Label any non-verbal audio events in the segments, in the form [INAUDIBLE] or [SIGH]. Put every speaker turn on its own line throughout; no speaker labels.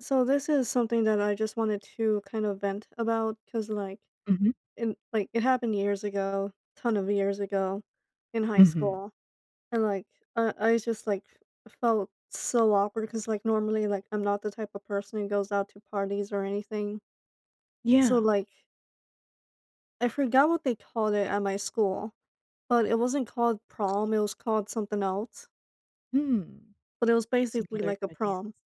So this is something that I just wanted to kind of vent about, because like
Mhm,
it like it happened years ago, ton of years ago, in high
mhm.
school. And like I just like felt so awkward because like normally, like, I'm not the type of person who goes out to parties or anything. So
Yeah.
like I forgot what they called it at my school, but it wasn't called prom, it was called something else.
Hmm.
But it was
Some
basically
other
like a
kinda
prom.
dance.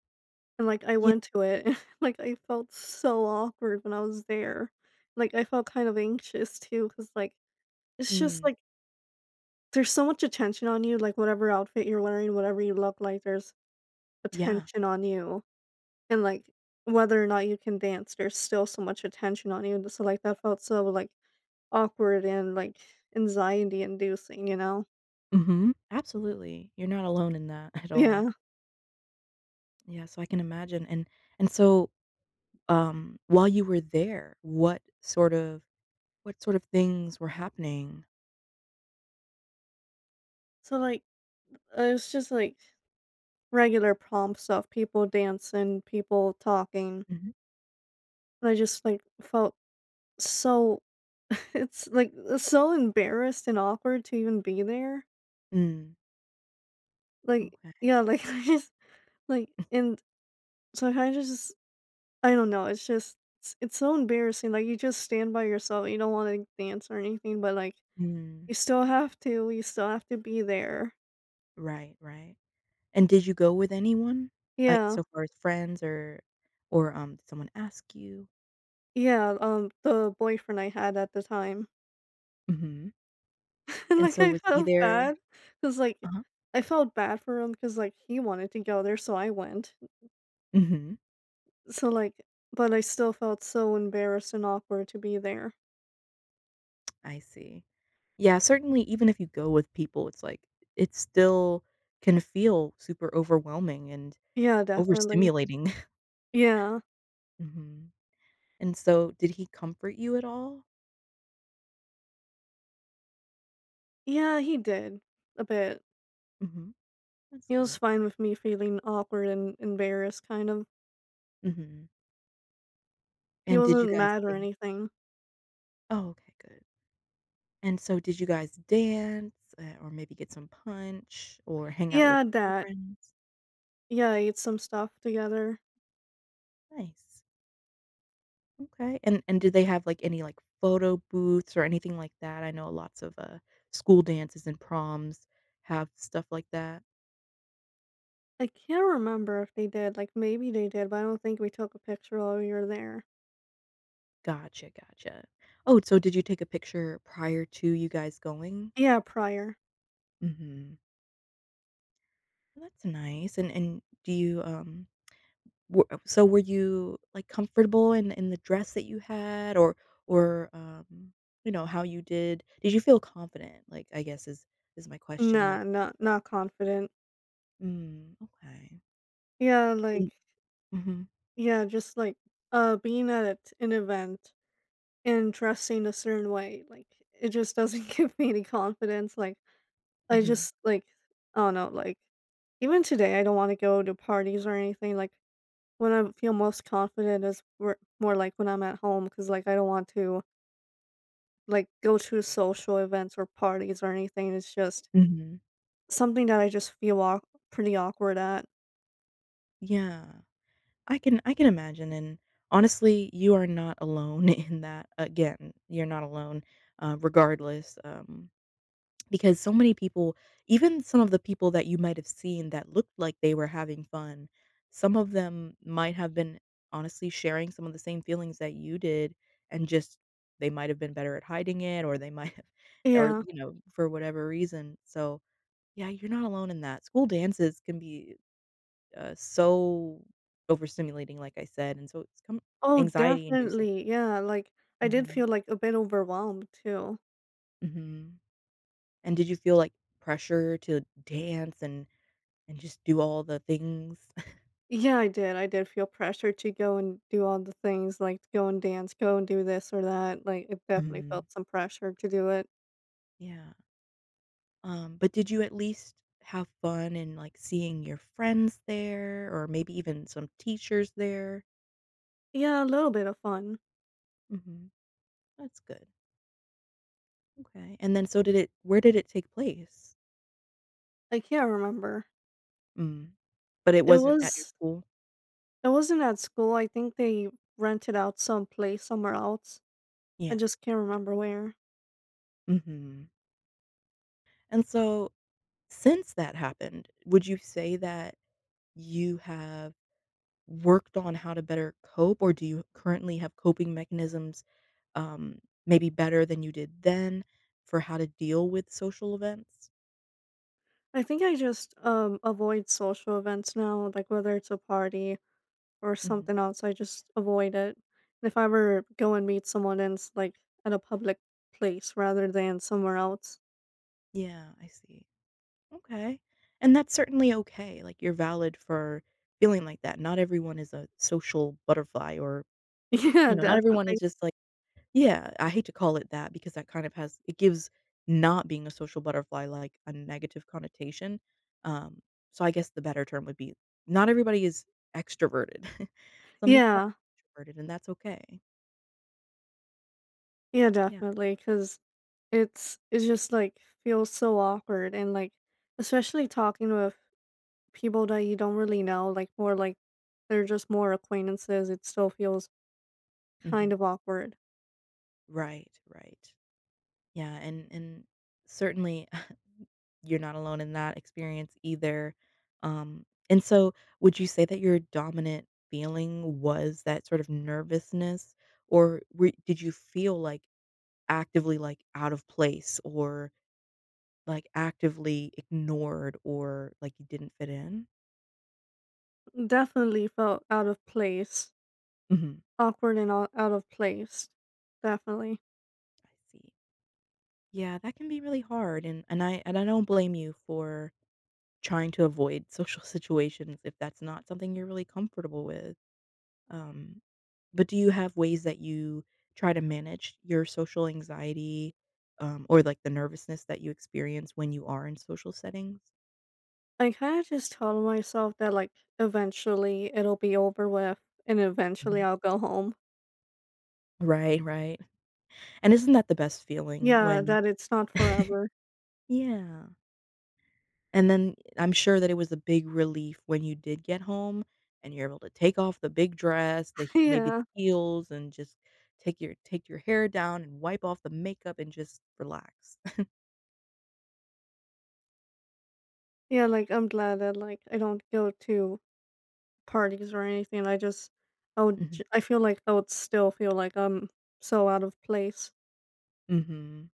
And, like, I
Yeah.
went to it, and [LAUGHS] like, I felt so awkward when I was there. Like, I felt kind of anxious too, cause like, it's just,
Mm.
like, there's so much attention on you, like, whatever outfit you're wearing, whatever you look like, there's
Yeah.
attention on you. And, like, whether or not you can dance, there's still so much attention on you, and so, like, that felt so, like, awkward and, like, anxiety inducing, you know?
Mhm. Absolutely. You're not alone in that at all.
Yeah.
Yeah, so I can imagine. And so, while you were there, what sort of things were happening?
So, like, it was just, like, regular prom stuff, people dancing, people talking,
Mhm.
and I just, like, felt so, [LAUGHS] it's, like, so embarrassed and awkward to even be there.
Mm.
Like,
Okay.
yeah, like, [LAUGHS] I just like, and so I kinda just, I don't know, it's just it's so embarrassing, like, you just stand by yourself, you don't wanna dance or anything, but, like,
Mm.
you still have to be there.
Right, right. And did you go with anyone? Like,
Yeah.
so far as friends or did someone ask you?
Yeah, the boyfriend I had at the time.
Mhm.
[LAUGHS] And,
And
like,
so
I
was he
felt bad.
there?
bad 'cause, like,
Uh-huh.
I felt bad for him because like, he wanted to go there, so I went.
Mhm.
So, like, but I still felt so embarrassed and awkward to be there.
I see. Yeah, certainly even if you go with people, it still can feel super overwhelming and
Yeah, definitely.
overstimulating. [LAUGHS]
Yeah.
Mhm. And so did he comfort you at all?
Yeah, he did. A bit.
Mhm. That's
He was
good.
fine with me feeling awkward and embarrassed, kind of.
Mhm.
He
And did you
wasn't
guys
mad or
think
anything.
Oh, okay, good. And so did you guys dance, or maybe get some punch or hang out with
Yeah,
other
that.
friends?
Yeah, I ate some stuff together.
Nice. Okay, and do they have, like, any, like, photo booths or anything like that? I know lots of, school dances and proms have stuff like that.
I can't remember if they did. Like, maybe they did, but I don't think we took a picture while we were there.
Gotcha, gotcha. Oh, so did you take a picture prior to you guys going?
Yeah, prior.
Mhm. Well, that's nice, and were so were you, like, comfortable in the dress that you had or or, um, you know, how you did you feel confident, like, I guess is my question, like
Nah, not confident.
Mm, okay.
Yeah, like,
And Mhm,
yeah, just like, being at an event and dressing a certain way, like, it just doesn't [LAUGHS] give me any confidence, like, I
mhm.
just, like, I don't know, like, even today, I don't wanna go to parties or anything, like, when I feel most confident is where more like when I'm at home, because like, I don't want to, like, go to social events or parties or anything, it's just
Mhm.
something that I just feel aw pretty awkward at.
Yeah. I can imagine, and honestly, you are not alone [LAUGHS] in that. Again, you're not alone, regardless, because so many people, even some of the people that you might have seen that looked like they were having fun, some of them might have been honestly sharing some of the same feelings that you did, and just they might have been better at hiding it, or they [LAUGHS] might have or,
Yeah.
you know, for whatever reason. So, yeah, you're not alone in that. School dances can be Uh, so overstimulating, like I said, and so it's come
Oh,
anxiety inducing.
definitely, yeah, like, I did
Mhm.
feel, like, a bit overwhelmed too.
Mhm. And did you feel like pressure to dance and just do all the things? [LAUGHS]
Yeah, I did feel pressure to go and do all the things, like, to go and dance, go and do this or that, like, it definitely
Mhm.
felt some pressure to do it.
Yeah. But did you at least have fun in, like, seeing your friends there or maybe even some teachers there?
Yeah, a little bit of fun.
Mhm. That's good. Okay. And then so did it where did it take place?
I can't remember.
Mm. But it
It
wasn't at your
was
school?
it wasn't at school, I think they rented out some place somewhere else. I
Yeah,
just can't
gotcha.
remember where.
Mhm. And so since that happened, would you say that you have worked on how to better cope, or do you currently have coping mechanisms, um, maybe better than you did then for how to deal with social events?
I think I just, avoid social events now, like, whether it's a party or
Mhm.
something else, I just avoid it. If I ever go and meet someone and it's, like, at a public place rather than somewhere else.
Yeah, I see. Okay. And that's certainly okay, like, you're valid for feeling like that. Not everyone is a social butterfly or,
[LAUGHS] Yeah,
you know, not everyone is
definitely.
just like Yeah, I hate to call it that because that kind of has it gives not being a social butterfly, like, a negative connotation, um, so I guess the better term would be not everybody is extroverted. [LAUGHS] Some people are
Yeah.
introverted, and that's okay.
Yeah,
Yeah.
definitely. Cause it's just, like, feels so awkward and, like, especially talking with people that you don't really know, like, more like they're just more acquaintances, it still feels kind
Mhm.
of awkward.
Right, right. Yeah, and certainly [LAUGHS] you're not alone in that experience either, and so would you say that your dominant feeling was that sort of nervousness, or were did you feel like actively, like, out of place or, like, actively ignored or, like, you didn't fit in?
Definitely felt out of place.
Mhm.
Awkward and ou out of place. Definitely.
I see. Yeah, that can be really hard, and I don't blame you for trying to avoid social [LAUGHS] situations if that's not something you're really comfortable with. Um, but do you have ways that you try to manage your social anxiety, or, like, the nervousness that you experience when you are in social settings?
I kinda just told myself that, like, eventually it'll be over with and eventually
Mhm.
I'll go home.
Right, right. And isn't that the best feeling
Yeah,
when
that it's not forever.
Yeah. And then I'm sure that it was a big relief when you did get home and you're able to take off the big dress, the
[LAUGHS]
maybe the
Yeah.
heels, and just take your hair down and wipe off the makeup and just relax. [LAUGHS]
Yeah, like, I'm glad that, like, I don't go to parties or anything, I just,
Mhm.
I feel like I would still feel like I'm so out of place
Mhm.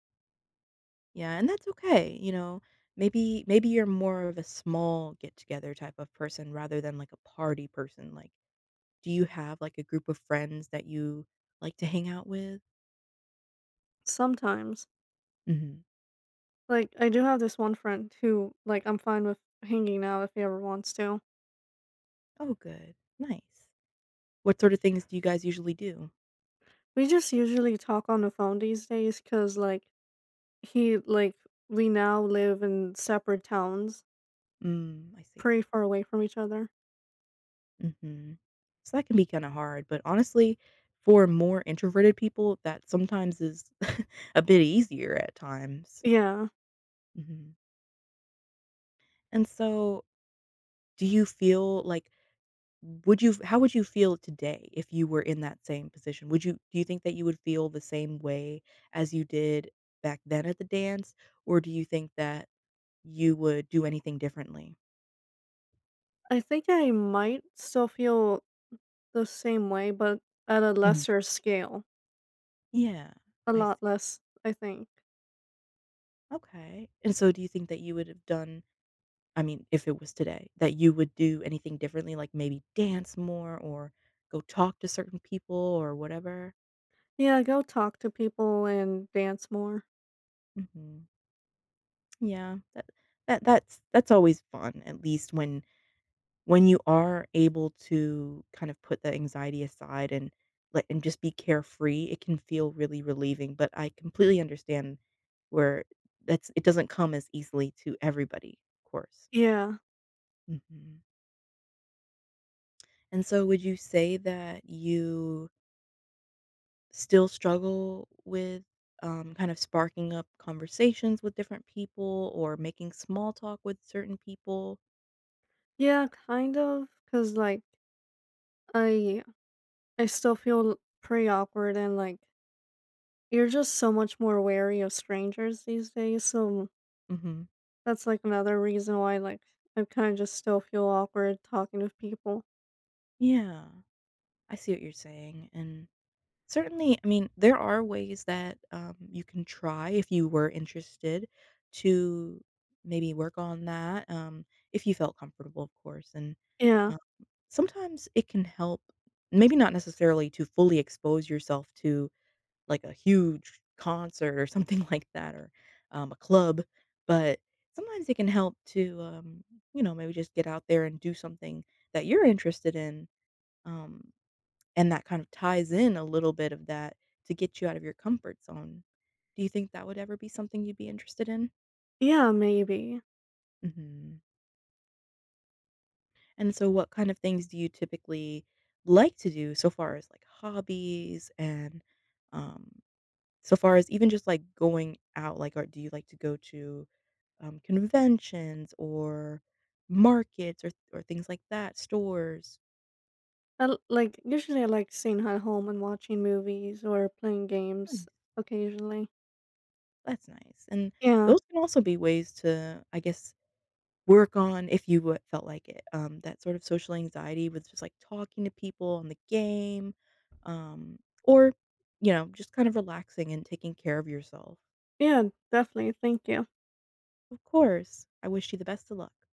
Yeah, and that's okay. You know, maybe you're more of a small get together type of person rather than like a party person. Like, do you have like a group of friends that you like to hang out with?
sometimes.
Mhm.
Like, I do have this one friend who, like, I'm fine with hanging out if he ever wants to.
Oh, good, nice. What sort of things do you guys usually do?
We just usually talk on the phone these days because, like, he like, we now live in separate towns,
Mm, I see.
pretty far away from each other.
Mhm. So that can be kinda hard, but honestly, for more introverted people, that sometimes is [LAUGHS] a bit easier at times.
Yeah.
Mhm. And so, do you feel like would you how would you feel today if you were in that same position? Would you do you think that you would feel the same way as you did back then at the dance, or do you think that you would do anything differently?
I think I might still feel the same way, but at a
Mm.
lesser scale.
Yeah,
A
I see.
lot less, I think.
Okay. And so do you think that you would have done I mean, if it was today, that you would do anything differently, like maybe dance more or go talk to certain people or whatever?
Yeah, go talk to people and dance more.
Mhm. Yeah, that's always fun, at least when you are able to kind of put the anxiety aside and let and just be carefree, it can feel really relieving, but I completely understand where that's it doesn't come as easily to everybody, of course.
Yeah.
Mhm. And so would you say that you still struggle with kind of sparking up conversations with different people or making small talk with certain people.
Yeah, kind of. Cause like, I I still feel pretty awkward and, like, you're just so much more wary of strangers these days, so
Hmm.
that's, like, another reason why, like, I kinda just still feel awkward talking to people.
Yeah, I see what you're saying. And certainly, I mean, there are ways that you can try if you were interested to maybe work on that, if you felt comfortable, of course. And
Yeah.
uh, sometimes it can help, maybe not necessarily to fully expose yourself to like a huge concert or something [LAUGHS] like that or, a club, but sometimes it can help to, you know, maybe just get out there and do something that you're interested in, um, and that kind of ties in a little bit of that to get you out of your comfort zone. Do you think that would ever be something you'd be interested in?
Yeah, maybe.
Mhm. And so what kind of things do you typically like to do so far as, like, hobbies and, um, so far as even just, like, going out, like, or do you like to go to conventions or markets or things like that, stores.
I l like, usually I like staying at home and watching movies or playing
Nice.
games occasionally.
That's nice, and
Yeah.
those can also be ways to, I guess, work on if you felt like it. That sort of social anxiety with just like talking to people on the game, um, or you know, just kind of relaxing and taking care of yourself.
Yeah, definitely, thank you.
Of course, I wish you the best of luck.